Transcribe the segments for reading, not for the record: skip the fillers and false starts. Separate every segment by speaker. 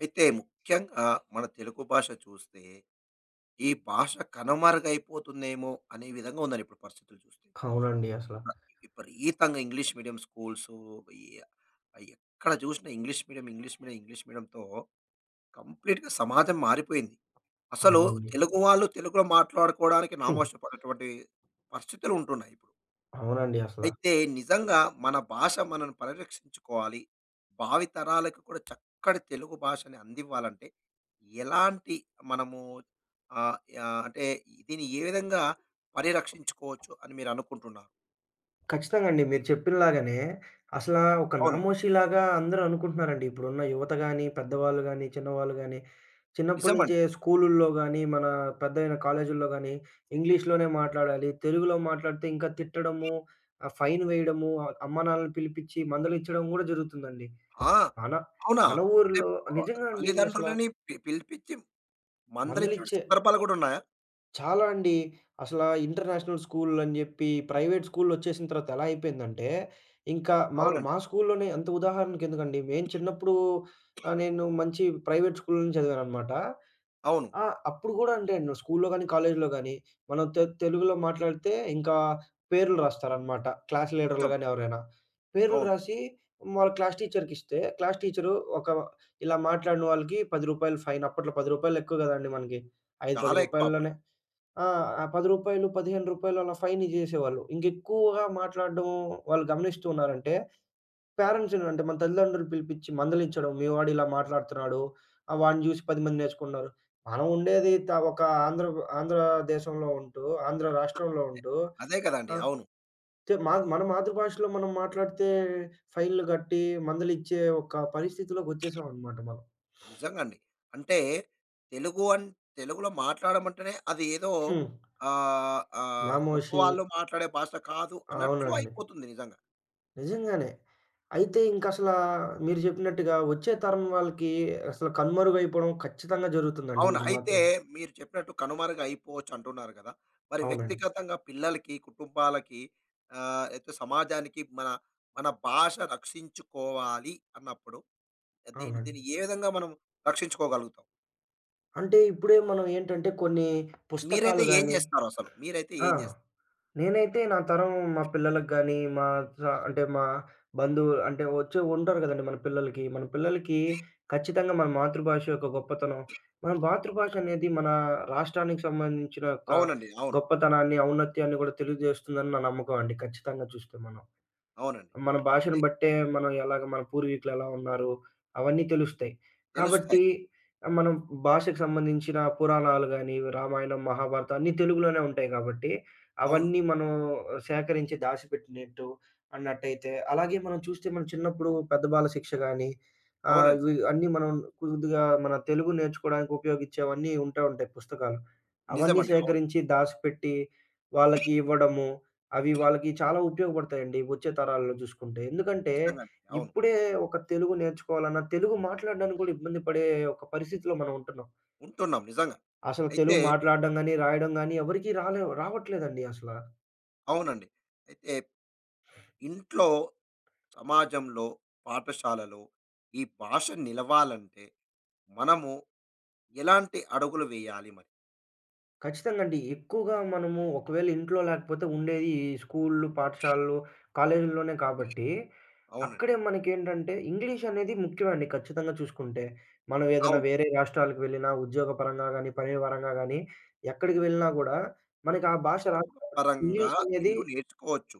Speaker 1: అయితే ముఖ్యంగా మన తెలుగు భాష చూస్తే, ఈ భాష కనుమరుగైపోతుందేమో అనే విధంగా ఉందండి ఇప్పుడు పరిస్థితులు చూస్తే.
Speaker 2: అవునండి అసల.
Speaker 1: న విపరీతంగా ఇంగ్లీష్ మీడియం స్కూల్సు ఎ ఎక్కడ చూసినా English medium, English medium, English మీడియంతో కంప్లీట్‌గా సమాజం మారిపోయింది. అసలు
Speaker 2: అవునండి.
Speaker 1: తెలుగు వాళ్ళు తెలుగులో మాట్లాడుకోవడానికి
Speaker 2: హ్మ్.
Speaker 1: నామోషి పడేటువంటి పరిస్థితులు ఉంటున్నాయి ఇప్పుడు.
Speaker 2: అవునండి అసల.
Speaker 1: అయితే నిజంగా మన భాష మనను పరిరక్షించుకోవాలి. భావితరాలకు కూడా చక్కటి తెలుగు భాషని అందివ్వాలంటే ఎలాంటి మనము అంటే దీన్ని ఏ విధంగా పరిరక్షించుకోవచ్చు అని మీరు అనుకుంటున్నారు?
Speaker 2: ఖచ్చితంగా అండి, మీరు చెప్పినలాగానే అసలా ఒక
Speaker 1: అవునండి.
Speaker 2: నామోషీలాగా అందరూ అనుకుంటున్నారండి. ఇప్పుడున్న యువత గాని, పెద్దవాళ్ళు గాని, చిన్నవాళ్ళు గాని, చిన్నప్పటి
Speaker 1: నిజమండి.
Speaker 2: నుంచే స్కూలుల్లో గాని, మన పెద్దయిన కాలేజీల్లో గాని ఇంగ్లీష్‌లోనే మాట్లాడాలి. తెలుగులో మాట్లాడితే ఇంకా తిట్టడము, ఫైన్ వేయడము, అమ్మానాన్నలని పిలిపిచ్చి మందలిచ్చడం గూడా జరుగుతుందండి.
Speaker 1: ఆ!
Speaker 2: మన
Speaker 1: అవునా?
Speaker 2: మన
Speaker 1: అంటే
Speaker 2: ఊర్లో
Speaker 1: ఆహ్,
Speaker 2: నిజంగా అండి అసల.
Speaker 1: తల్లిదండ్రులని పిలిపించి మందలించిన
Speaker 2: మందలిచ్చే
Speaker 1: సందర్భాలు కూడా ఉన్నాయా?
Speaker 2: చాలా అండి. అసలా ఇంటర్నేషనల్ స్కూల్‌లని జెప్పి, ప్రైవేట్ స్కూల్‌లొచ్చేసిన తర్వాత ఎలా అయిపోయిందంటే, ఇంకా మా
Speaker 1: అవునండి.
Speaker 2: మా స్కూల్‌లోనే అంత ఉదాహరణకెందుకండి, మేము చిన్నప్పుడు నేను మంచి ప్రైవేట్ స్కూల్‌లోనే చదివాననమాట.
Speaker 1: అవును.
Speaker 2: అప్పుడు గూడా అంటే స్కూల్‌లో గానీ, కాలేజీలో గానీ, మనం తెలుగులో మాట్లాడితే ఇంకా పేర్లు రాస్తారనమాట. క్లాస్ లీడర్లు
Speaker 1: నిజం.
Speaker 2: గానీ ఎవరైనా. పేర్లు
Speaker 1: అవును.
Speaker 2: రాసి వాళ్ళ క్లాస్ టీచర్‌కిస్తే, క్లాస్ టీచరు ఒక ఇలా మాట్లాడిన వాళ్ళకి రూ. 10 ఫైన్. అప్పట్లో రూ. 10 ఎక్కువ గదండీ మనకి. 5, రూ. 10
Speaker 1: చాలా ఎక్కువ
Speaker 2: రూపాయల్లోనే.
Speaker 1: అప్పటికి.
Speaker 2: ఆ! ఆ రూ. 10, రూ. 15 అలా ఫైన్ జేసేవాళ్ళు. ఇంకెక్కువగా మాట్లాడడం వాళ్ళు గమనిస్తూ ఉన్నారంటే, పేరెంట్స్‌ని అంటే మన తల్లిదండ్రులు పిలిపిచ్చి మందలించడం. మీ వాడు ఇలా మాట్లాడుతున్నాడు. వాడిని జూసి 10 మంది నేర్చుకున్నారు. మనం ఉండేది ఒక ఆంధ్ర ఆంధ్ర దేశంలో ఉంటూ, ఆంధ్ర రాష్ట్రంలో ఉంటూ
Speaker 1: అదే కదండీ!
Speaker 2: ఆహ్,
Speaker 1: అవును.
Speaker 2: తె మా మన మాతృభాషలో మనం మాట్లాడితే ఫైన్‌లు గట్టి మందలిచ్చే ఒక పరిస్థితిలోకొచ్చేసామనమాట మనం.
Speaker 1: నిజంగండి. అంటే తెలుగు అన్ తెలుగులో మాట్లాడమంటేనే అది ఏదో
Speaker 2: హ్మ్.
Speaker 1: ఆహ్, ఆహ్,
Speaker 2: నామోషి.
Speaker 1: గొప్పవాళ్ళు మాట్లాడే భాష కాదు అన్నట్లు
Speaker 2: అవునండి.
Speaker 1: అయిపోతుంది నిజంగా.
Speaker 2: నిజంగానే. అయితే ఇంకసలా మీరు జెప్పినట్టుగా వచ్చే తరం వాళ్ళకి అసలు కనుమరుగైపోవడం ఖచ్చితంగా జరుగుతుందండి
Speaker 1: అవును.
Speaker 2: ఇది
Speaker 1: అయితే
Speaker 2: మాత్రం.
Speaker 1: మీరు చెప్పినట్టు కనుమరుగైపోవచ్చు అంటున్నారు కదా! మరి
Speaker 2: అవునండి.
Speaker 1: వ్యక్తిగతంగా పిల్లలకి, కుటుంబాలకి లేతే సమాజానికి మన మన భాష రక్షించుకోవాలి అన్నప్పుడు దీన్ని
Speaker 2: అవునండి.
Speaker 1: దీన్ని ఏ విధంగా మనం రక్షించుకోగలుగుతాం?
Speaker 2: అంటే ఇప్పుడే మనం ఏంటంటే కొన్ని
Speaker 1: మీరైతే
Speaker 2: పుస్తకాలు
Speaker 1: ఏం
Speaker 2: గాని.
Speaker 1: చేస్తారసలు? మీరైతే
Speaker 2: ఆ!
Speaker 1: ఏం చేస్తారు?
Speaker 2: నేనైతే నా తరం మా పిల్లలకి గానీ, మా అంటే మా బంధువు అంటే వచ్చి ఉంటారు గదండీ మన పిల్లలకి. మన పిల్లలకి ఖచ్చితంగా మన మాతృభాష యొక్క గొప్పతనం, మన మాతృభాష అనేది మన రాష్ట్రానికి సంబంధించిన యొక్క
Speaker 1: అవునండి. అవును.
Speaker 2: గొప్పతనాన్ని, ఔన్నత్యాన్ని గూడా తెలియజేస్తుందని నా నమ్మకం అండి ఖచ్చితంగా చూస్తే మనం.
Speaker 1: అవునండి.
Speaker 2: మన
Speaker 1: అయితే
Speaker 2: భాషను బట్టే మనం ఎలాగ మన పూర్వీకులు ఎలా ఉన్నారు, అవన్నీ తెలుస్తాయి.
Speaker 1: తెలుస్తాయి.
Speaker 2: కాబట్టి మనం భాషకు సంబంధించిన పురాణాలు గాని, రామాయణం, మహాభారతం అన్నీ తెలుగులోనే ఉంటాయి కాబట్టి,
Speaker 1: అవును.
Speaker 2: అవన్నీ మనం సేకరించి దాచిపెట్టినట్టు అన్నట్టయితే, అలాగే మనం చూస్తే మనం చిన్నప్పుడు పెద్ద బాల శిక్ష గాని,
Speaker 1: అవునండి.
Speaker 2: ఇవి అన్నీ మనం కొద్దిగా మన తెలుగు నేర్చుకోవడానికి ఉపయోగించేవన్నీ ఉంటాయి పుస్తకాలు. అవన్నీ
Speaker 1: నిజమండి. అవును.
Speaker 2: సేకరించి దాసిపెట్టి వాళ్ళకి ఇవ్వడము. అవి వాళ్ళకి చాలా ఉపయోగపడతాయండి వచ్చే తరాల్లో చూసుకుంటే. ఎందుకంటే,
Speaker 1: నిజంగానే. అవును.
Speaker 2: ఇప్పుడే ఒక తెలుగు నేర్చుకోవాలన్నా, తెలుగు మాట్లాడడానికి కూడా ఇబ్బంది పడే ఒక పరిస్థితిలో మనం ఉంటున్నాం.
Speaker 1: ఉంటున్నాం నిజంగా.
Speaker 2: అసలు
Speaker 1: అయితే
Speaker 2: తెలుగు మాట్లాడడం గాని, రాయడం గాని ఎవరికీ రావట్లేదండి అసల.
Speaker 1: అవునండి. అయితే ఇంట్లో, సమాజంలో, పాఠశాలలో ఈ భాష నిలవాలంటే మనము ఎలాంటి అడుగులు వేయాలి మరి?
Speaker 2: ఖచ్చితంగా అండి. ఎక్కువగా మనము ఒకవేళ ఇంట్లో లేకపోతే ఉండేది ఈ స్కూల్లు, పాఠశాలలు, కాలేజీల్లోనే కాబట్టి,
Speaker 1: అవునండి.
Speaker 2: అక్కడే మనకేంటంటే ఇంగ్లీష్ అనేది ముఖ్యమండి ఖచ్చితంగా చూసుకుంటే. మనం ఏదైనా
Speaker 1: అవును.
Speaker 2: వేరే రాష్ట్రాలకు వెళ్ళినా ఉద్యోగపరంగా గానీ, పని పరంగా గానీ ఎక్కడికి వెళ్ళినా గూడా మనకి ఆ భాష రాదు
Speaker 1: కుటుంబ
Speaker 2: కాబట్టి
Speaker 1: పరంగా
Speaker 2: ఇంగ్లీష్ అనేది
Speaker 1: ఇల్లు నేర్చుకోవచ్చు.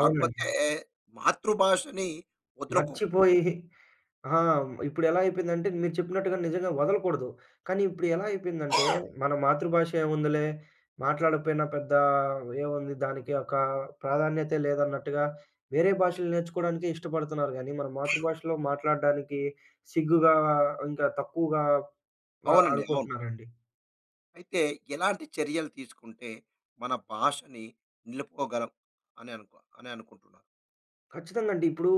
Speaker 2: అవునండి.
Speaker 1: మాతృభాషని వదులుకోకూడదు.
Speaker 2: మర్చిపోయి. ఆ! ఇప్పుడెలా అయిపోయిందంటే మీరు చెప్పినట్టుగా నిజంగా వదలకూడదు. కానీ ఇప్పుడు ఎలా అయిపోయిందంటే మన మాతృభాష ఏముందిలే మాట్లాడకపోయినా పెద్ద ఏముంది దానికి ఒక ప్రాధాన్యతే లేదన్నట్టుగా వేరే భాషలు నేర్చుకోవడానికే ఇష్టపడుతున్నారు గానీ, మన మాతృభాషలో మాట్లాడడానికి సిగ్గుగా, ఇంకా తక్కువగా
Speaker 1: అవునండి. అవును.
Speaker 2: అనుకుంటున్నారండి.
Speaker 1: అయితే ఎలాంటి చర్యలు తీసుకుంటే మన భాషని నిలుపుకోగలం అని అనుకుంటున్నారు?
Speaker 2: ఖచ్చితంగా అండి. ఇప్పుడు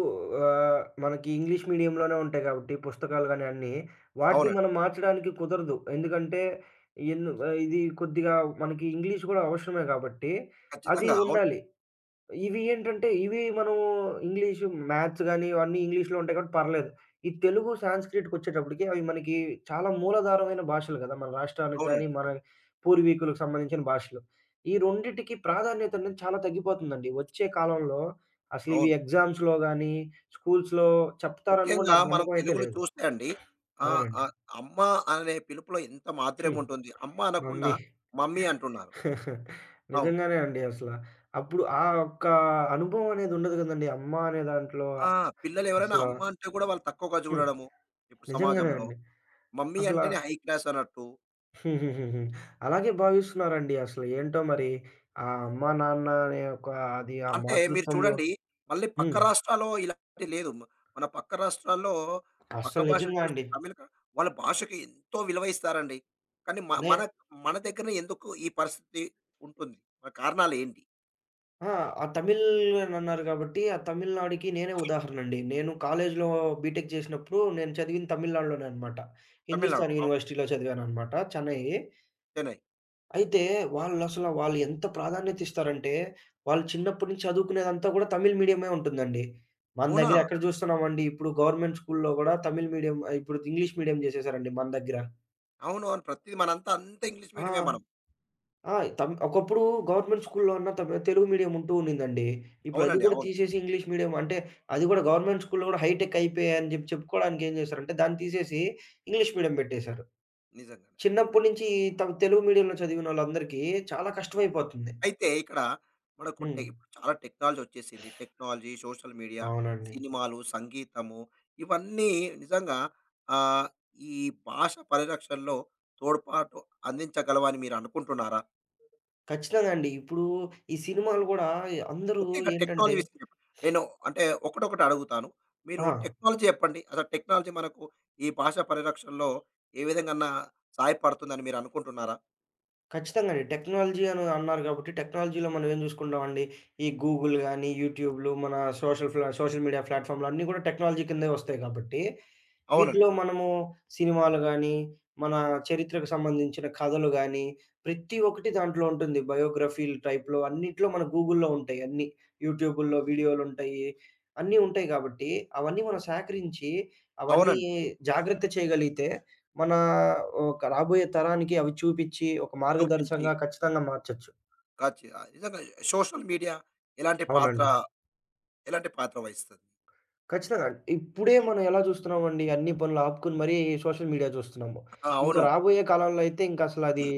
Speaker 2: మనకి ఇంగ్లీష్ మీడియంలోనే ఉంటాయి కాబట్టి పుస్తకాలు గాని అన్నీ. వాటిని
Speaker 1: అవునండి.
Speaker 2: మనం మార్చడానికి కుదరదు. ఎందుకంటే ఇది కొద్దిగా మనకి ఇంగ్లీష్ గూడా అవసరమే కాబట్టి అది
Speaker 1: ఖచ్చితంగా. అవును.
Speaker 2: ఉండాలి. ఇవి ఏంటంటే, ఇవి మనం ఇంగ్లీషు, మ్యాథ్స్ గాని ఇవన్నీ ఇంగ్లీష్‌లో ఉంటాయి కాబట్టి పర్లేదు. ఈ తెలుగు, సాంస్క్రిట్‌కొచ్చేటప్పటికి అవి మనకి చాలా మూలాధారమైన భాషలు గదా! మన రాష్ట్రానికి గాని,
Speaker 1: అవునండి.
Speaker 2: మన పూర్వీకులకు సంబంధించిన భాషలు. ఈ రెండిటికి ప్రాధాన్యత అనేది చాలా తగ్గిపోతుందండి. వచ్చే కాలంలో అసలివి
Speaker 1: అవును.
Speaker 2: ఎగ్జామ్స్‌లో గాని, స్కూల్స్‌లో చెప్తారని గూడా
Speaker 1: ముఖ్యంగా
Speaker 2: నాకు
Speaker 1: మనం
Speaker 2: నమ్మకం అయితే
Speaker 1: తెలుగులో
Speaker 2: లేదు.
Speaker 1: చూస్తే అండి ఆహ్,
Speaker 2: అవునండి.
Speaker 1: ఆహ్, అమ్మ అనే పిలుపులో ఎంత మాధుర్యం
Speaker 2: హ్మ్.
Speaker 1: ఉంటుంది. అమ్మ అనకుండా
Speaker 2: మమ్మీ.
Speaker 1: మమ్మీ అంటున్నారు. అవును.
Speaker 2: నిజంగానే అండి అసల. అప్పుడు ఆ ఒక్క అనుభవం అనేది ఉండదు గదండీ! అమ్మ అనే దాంట్లో
Speaker 1: ఆ! పిల్లలెవరైనా
Speaker 2: అసల.
Speaker 1: అమ్మ అంటే కూడా వాళ్ళు తక్కువగా
Speaker 2: హ్మ్.
Speaker 1: చూడడము. ఇప్పుడు
Speaker 2: నిజంగానే
Speaker 1: సమాజంలో
Speaker 2: అండి.
Speaker 1: మమ్మీ
Speaker 2: అసల.
Speaker 1: అంటేనే హై క్లాస్ అన్నట్టు.
Speaker 2: హుహుహుహు. అలాగే భావిస్తున్నారండి అసలు. ఏంటో మరి ఆ అమ్మ, నాన్న అనే ఒక అది ఆ
Speaker 1: అంటే మీరు
Speaker 2: మాతృత్వంలో.
Speaker 1: చూడండి మళ్ళీ పక్క
Speaker 2: హ్మ్.
Speaker 1: రాష్ట్రాల్లో ఇలాంటివి లేదు. మన పక్క రాష్ట్రాల్లో పక్క
Speaker 2: అస్సలు
Speaker 1: భాషలు
Speaker 2: నిజంగా
Speaker 1: చూసి
Speaker 2: అండి.
Speaker 1: వాళ్ళ భాషకి ఎంతో విలువ ఇస్తారండి. కానీ మ
Speaker 2: నే
Speaker 1: మన మన దగ్గర ఎందుకు ఈ పరిస్థితి ఉంటుంది? మరి కారణాలేంటి?
Speaker 2: ఆ! ఆ తమిళనన్నారు గాబట్టి, ఆ తమిళనాడుకి నేనే ఉదాహరణండి. నేను కాలేజీలో బీటెక్ చేసినప్పుడు నేను చదివింది తమిళనాడులోనే అనమాట.
Speaker 1: తమిళనాడు.
Speaker 2: హిందుస్థాన్
Speaker 1: అవును.
Speaker 2: యూనివర్సిటీలో చదివాననమాట చెన్నై.
Speaker 1: చెన్నై.
Speaker 2: అయితే వాళ్ళసల వాళ్ళు ఎంత ప్రాధాన్యత ఇస్తారంటే, వాళ్ళు చిన్నప్పటి నుంచి చదువుకునేదంతా గూడా తమిళ్ మీడియమే ఉంటుందండి. మన
Speaker 1: అవునా?
Speaker 2: దగ్గర ఎక్కడ చూస్తున్నామండి ఇప్పుడు గవర్నమెంట్ స్కూల్‌లో గూడా తమిళ్ మీడియం ఇప్పుడు ఇంగ్లీష్ మీడియం చేసేసారండి మన దగ్గర.
Speaker 1: అవును. అవును. ప్రతిది అంతా ఇంగ్లీష్
Speaker 2: ఆ!
Speaker 1: మీడియమే మనం.
Speaker 2: ఆ! ఒకప్పుడు గవర్నమెంట్ స్కూల్‌లో అన్నా తమిళ్ తెలుగు మీడియం ఉంటూ ఉండిందండి. ఇప్పుడు అది
Speaker 1: అవునండి.
Speaker 2: కూడా
Speaker 1: అవును.
Speaker 2: తీసేసి ఇంగ్లీష్ మీడియం అంటే అది కూడా గవర్నమెంట్ స్కూల్‌లో కూడా హైటెక్ అయిపోయాయని జెప్పి చెప్పుకోవడానికి ఏం చేశారంటే దాన్ని తీసేసి ఇంగ్లీష్ మీడియం పెట్టేశారు.
Speaker 1: నిజంగానే.
Speaker 2: చిన్నప్పటి
Speaker 1: అయితే
Speaker 2: నుంచి తెలుగు మీడియంలో చదివినోళ్ళందరికీ చాలా కష్టమైపోతుంది.
Speaker 1: అయితే ఇక్కడ మనకు టె
Speaker 2: హ్మ్.
Speaker 1: ఇప్పుడు చాలా టెక్నాలజీ వచ్చేసింది. టెక్నాలజీ, సోషల్ మీడియా,
Speaker 2: అవునండి.
Speaker 1: సినిమాలు, సంగీతము ఇవన్నీ నిజంగా ఆహ్, ఈ భాష పరిరక్షణలో తోడ్పాటు అందించగలవు అని మీరు అనుకుంటున్నారా?
Speaker 2: ఖచ్చితంగా అండి. ఇప్పుడు ఈ సినిమాలు గూడా అందరూ
Speaker 1: ముఖ్యంగా టెక్నాలజీ
Speaker 2: ఏంటంటే.
Speaker 1: విషయం చెప్పండి. నేను అంటే ఒకటొకటి అడుగుతాను. మీరు
Speaker 2: ఆ!
Speaker 1: టెక్నాలజీ చెప్పండి. అసలు టెక్నాలజీ మనకు ఈ భాష పరిరక్షణలో ఏ విధంగాన్నా సహాయపడుతుందని మీరు అనుకుంటున్నారా?
Speaker 2: ఖచ్చితంగానే. టెక్నాలజీ అని అన్నారు గాబట్టి, టెక్నాలజీలో మనం ఏం జూసుకుంటామండి, ఈ గూగుల్ గానీ, యూట్యూబ్‌లు, మన సోషల్ మీడియా ప్లాట్‌ఫామ్‌లు అన్నీ గూడా టెక్నాలజీ కిందే వస్తాయి గాబట్టి,
Speaker 1: అవునండి.
Speaker 2: వీటిలో మనము సినిమాలు గానీ, మన చరిత్రకు సంబంధించిన కథలు గానీ, ప్రతి ఒక్కటి దాంట్లో ఉంటుంది. బయోగ్రఫీల టైప్‌లో అన్నిట్లో మన గూగుల్‌లో ఉంటాయి అన్నీ. యూట్యూబుల్లో వీడియోలుంటాయి. అన్నీ ఉంటాయి గాబట్టి, అవన్నీ మనం సేకరించి, అవన్నీ
Speaker 1: అవునండి.
Speaker 2: జాగ్రత్త చేయగలిగితే మనా ఒక రాబోయే తరానికి అవి చూపిచ్చి, ఒక
Speaker 1: చూపించి
Speaker 2: మార్గదర్శంగా ఖచ్చితంగా మార్చొచ్చు.
Speaker 1: కాచి నిజంగా సోషల్ మీడియా ఎలాంటి పాత్ర
Speaker 2: అవునండి.
Speaker 1: ఎలాంటి పాత్ర వహిస్తది?
Speaker 2: ఖచ్చితంగా. ఇప్పుడే మనం ఎలా చూస్తున్నామండి, అన్ని పనులు ఆపుకొని మరీ సోషల్ మీడియా చూస్తున్నాము.
Speaker 1: ఆ!
Speaker 2: ఇంకా
Speaker 1: అవును.
Speaker 2: రాబోయే కాలంలో అయితే ఇంకసలది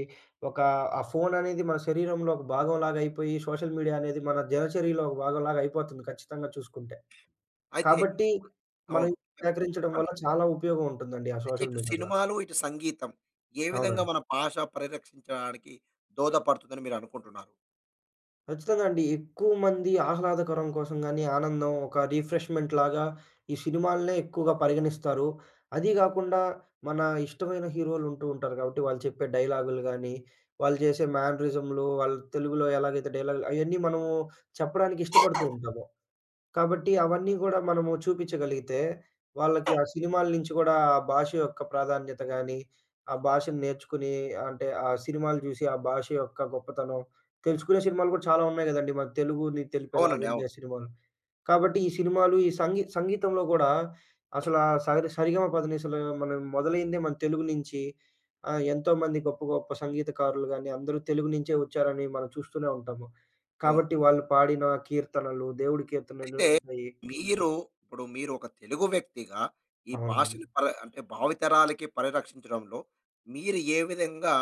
Speaker 2: ఒక ఆ ఫోననేది మన శరీరంలో ఒక భాగంలాగా అయిపోయి, సోషల్ మీడియా అనేది మన దినచర్యలో ఒక భాగంలాగా అయిపోతుంది ఖచ్చితంగా చూసుకుంటే.
Speaker 1: అయితే
Speaker 2: కాబట్టి, మనం
Speaker 1: అవును. చెప్
Speaker 2: సేకరించడం వల్ల
Speaker 1: చెప్పండి.
Speaker 2: చాలా ఉపయోగం ఉంటుందండి ఆ
Speaker 1: అయితే
Speaker 2: సోషల్
Speaker 1: ఇటు
Speaker 2: మీడియా ద్వారా.
Speaker 1: సినిమాలు, ఇటు సంగీతం ఏ విధంగా
Speaker 2: అవునండి.
Speaker 1: మన భాష పరిరక్షించడానికి దోహదపడుతుందని మీరనుకుంటున్నారు?
Speaker 2: ఖచ్చితంగా అండి. ఎక్కువ మంది ఆహ్లాదకరం కోసం గాని, ఆనందం ఒక రిఫ్రెష్‌మెంట్ లాగా ఈ సినిమాలనే ఎక్కువగా పరిగణిస్తారు. అదీ గాకుండా మన ఇష్టమైన హీరోలుంటూ ఉంటారు గాబట్టి, వాళ్ళు చెప్పే డైలాగులు గానీ, వాళ్ళు చేసే మేనరిజమ్‌లు, వాళ్ళు తెలుగులో ఎలాగైతే డైలాగులు అయన్నీ మనము చెప్పడానికి ఇష్టపడుతూ ఉంటాము. కాబట్టి అవన్నీ గూడా మనము చూపిచ్చగలిగితే, వాళ్ళకి ఆ సినిమాల నుంచి గూడా ఆ భాష యొక్క ప్రాధాన్యత గాని, ఆ భాషను నేర్చుకుని అంటే, ఆ సినిమాలు జూసి ఆ భాష యొక్క గొప్పతనం తెలుసుకునే సినిమాలు గూడా చాలా ఉన్నాయి గదండీ! మన తెలుగుని
Speaker 1: అవునండి. అవును.
Speaker 2: తెలిపేలాగుండే సినిమాలు. కాబట్టి ఈ సినిమాలు, ఈ సంగీతంలో గూడా అసలా సరిగమపదనిసలు మనం మొదలైందే మన తెలుగు నుంచి. ఎంతోమంది గొప్ప, గొప్ప సంగీతకారులు గాని అందరూ తెలుగు నుంచే వచ్చారని మనం చూస్తూనే ఉంటాము.
Speaker 1: అవును.
Speaker 2: కాబట్టి వాళ్ళు పాడిన కీర్తనలు, దేవుడి కీర్తనలు
Speaker 1: అయితే
Speaker 2: ఉంటాయి.
Speaker 1: మీరు ఇప్పుడు మీరు ఒక తెలుగు వ్యక్తిగా ఈ
Speaker 2: అవునండి.
Speaker 1: భాషను అంటే భావితరాలకి పరిరక్షించడంలో మీరు ఏ విధంగా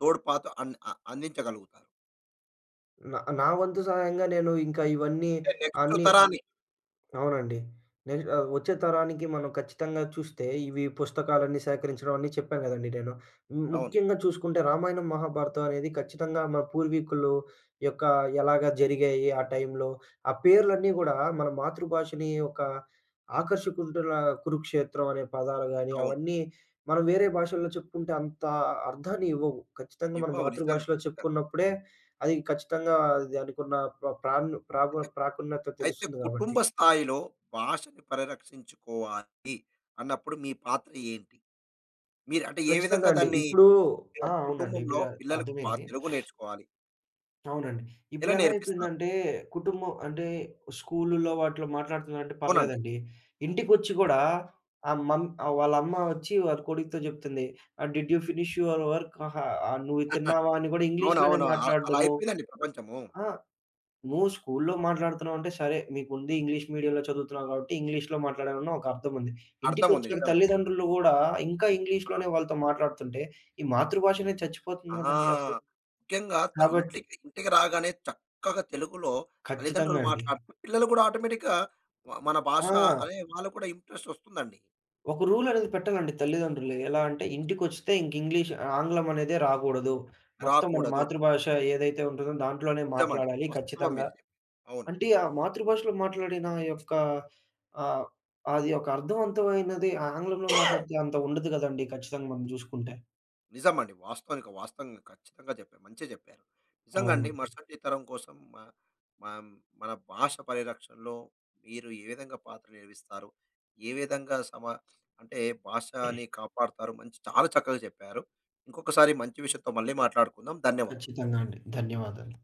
Speaker 1: తోడ్పాటు అన్ అ అందించగలుగుతారు?
Speaker 2: నా నా వంతు సహాయంగా నేను ఇంకా ఇవన్నీ
Speaker 1: అంటే నెక్స్ట్
Speaker 2: అన్నీ
Speaker 1: తరానికి
Speaker 2: అవునండి. నెక్స్ట్ వచ్చే తరానికి మనం ఖచ్చితంగా చూస్తే ఇవి పుస్తకాలన్నీ సేకరించడం అన్నీ చెప్పాను గదండీ నేను. హ్మ్.
Speaker 1: అవును.
Speaker 2: ముఖ్యంగా చూసుకుంటే రామాయణం, మహాభారతం అనేది ఖచ్చితంగా మన పూర్వీకులు యొక్క ఎలాగా జరిగాయి ఆ టైంలో. ఆ పేర్లన్నీ గూడా మన మాతృభాషని ఒక ఆకర్షకుంటున్న కురుక్షేత్రం అనే పదాలు గాని,
Speaker 1: అవును.
Speaker 2: అవన్నీ మనం వేరే భాషల్లో చెప్పుకుంటే అంత అర్థాన్ని ఇవ్వవు. ఖచ్చితంగా మన
Speaker 1: ఇవ్వవు. నిజంగా.
Speaker 2: మాతృభాషలో
Speaker 1: ఖచ్చితంగా.
Speaker 2: చెప్పుకున్నప్పుడే అది ఖచ్చితంగా దానికున్న ప్ర ప్రాన్ ప్రాపు ప్రాకున్నత
Speaker 1: అయితే
Speaker 2: తెలుస్తుంది
Speaker 1: కుటుంబ
Speaker 2: గాబట్టి.
Speaker 1: స్థాయిలో భాషని పరిరక్షించుకోవాలి అన్నప్పుడు మీ పాత్ర ఏంటి? మీరు అంటే ఏ
Speaker 2: ఖచ్చితంగా
Speaker 1: విధంగా
Speaker 2: అండి.
Speaker 1: దాన్ని
Speaker 2: ఇప్పుడు.
Speaker 1: మీరు
Speaker 2: ఆ!
Speaker 1: ఒక
Speaker 2: అవునండి,
Speaker 1: కుటుంబంలో
Speaker 2: మీరు
Speaker 1: పిల్లలకు
Speaker 2: అర్థమైంది.
Speaker 1: తెలుగు నేర్చుకోవాలి.
Speaker 2: అవునండి.
Speaker 1: ఎలా
Speaker 2: ఇప్పుడెలా
Speaker 1: నేర్పిస్తారు?
Speaker 2: అయిపోయిందంటే, కుటుంబం అంటే స్కూలుల్లో వాటిలో మాట్లాడుతున్నారంటే
Speaker 1: అవునండి.
Speaker 2: పర్లేదండి. ఇంటికొచ్చి గూడా వాళ్ళ అమ్మ వచ్చి వాళ్ళ కొడుకుతో చెప్తుంది. "Did you finish your work? ఆహా! ఆహ్, నువ్వు తిన్నావా?" అని గూడా ఇంగ్లీష్‌లోనే
Speaker 1: అవునవును. అలా
Speaker 2: మాట్లాడడము.
Speaker 1: అయిపోయిందండి ప్రపంచము.
Speaker 2: ఆ! నువ్వు స్కూలులో మాట్లాడుతున్నావంటే సరే, మీకుంది ఇంగ్లీష్ మీడియంలో చదువుతున్నావు కాబట్టి ఇంగ్లీష్‌లో మాట్లాడావని ఒక అర్థం ఉంది.
Speaker 1: అర్థం ఉంది.
Speaker 2: ఇంటికొచ్చాక
Speaker 1: నిజమే.
Speaker 2: తల్లిదండ్రులు గూడా ఇంకా
Speaker 1: ఆ!
Speaker 2: ఇంగ్లీష్‌లోనే వాళ్ళతో మాట్లాడుతుంటే, ఈ మాతృభాషనే చచ్చిపోతుంది
Speaker 1: ఆ!
Speaker 2: గదండీ అసలు.
Speaker 1: ముఖ్యంగా
Speaker 2: కాబట్టి
Speaker 1: ఇంటికి ఇంటికి రాగానే చక్కగా తెలుగులో తల్లిదండ్రులు
Speaker 2: ఖచ్చితంగా అండి.
Speaker 1: మాట్లాడితే పిల్లలు కూడా ఆటోమేటిక్‌గా మన భాష
Speaker 2: ఆ!
Speaker 1: అనే వాళ్ళు కూడా ఇంట్రెస్ట్ వస్తుందండి.
Speaker 2: ఒక రూల్ అనేది పెట్టాలండి తల్లిదండ్రులు. ఎలా అంటే ఇంటికొస్తే ఇంక ఇంగ్లీష్ ఆంగ్లం అనేదే రాగూడదు. మొత్తం మన
Speaker 1: రాకూడదు.
Speaker 2: మాతృభాష ఏదైతే ఉంటుందో దాంట్లోనే
Speaker 1: నిజమండి.
Speaker 2: మాట్లాడాలి
Speaker 1: వాస్తవం
Speaker 2: ఖచ్చితంగా.
Speaker 1: మీరు చెప్పింది. అవును.
Speaker 2: అంటే ఆ మాతృభాషలో మాట్లాడిన ఆ యొక్క ఆహ్, అది ఒక అర్థవంతమైనది ఆంగ్లంలో మాట్లాడితే అంత ఉండదు గదండీ! ఖచ్చితంగా మనం జూసుకుంటే.
Speaker 1: నిజమండి. వాస్తవానికి వాస్తవంగా ఖచ్చితంగా చెప్పారు. మంచిగా చెప్పారు. నిజంగా అండి
Speaker 2: అవునండి.
Speaker 1: మరుసటి తరం కోసం మ మం మన భాష పరిరక్షణలో మీరు ఏ విధంగా పాత్ర నిర్వహిస్తారు? ఏ విధంగా సమా అంటే భాషని కాపాడుతారు? మంచి చాలా చక్కగా చెప్పారు. ఇంకొకసారి మంచి విషయంతో మళ్ళీ మాట్లాడుకుందాం. ధన్యవాదాలు.
Speaker 2: ఖచ్చితంగా అండి. ధన్యవాదాలు.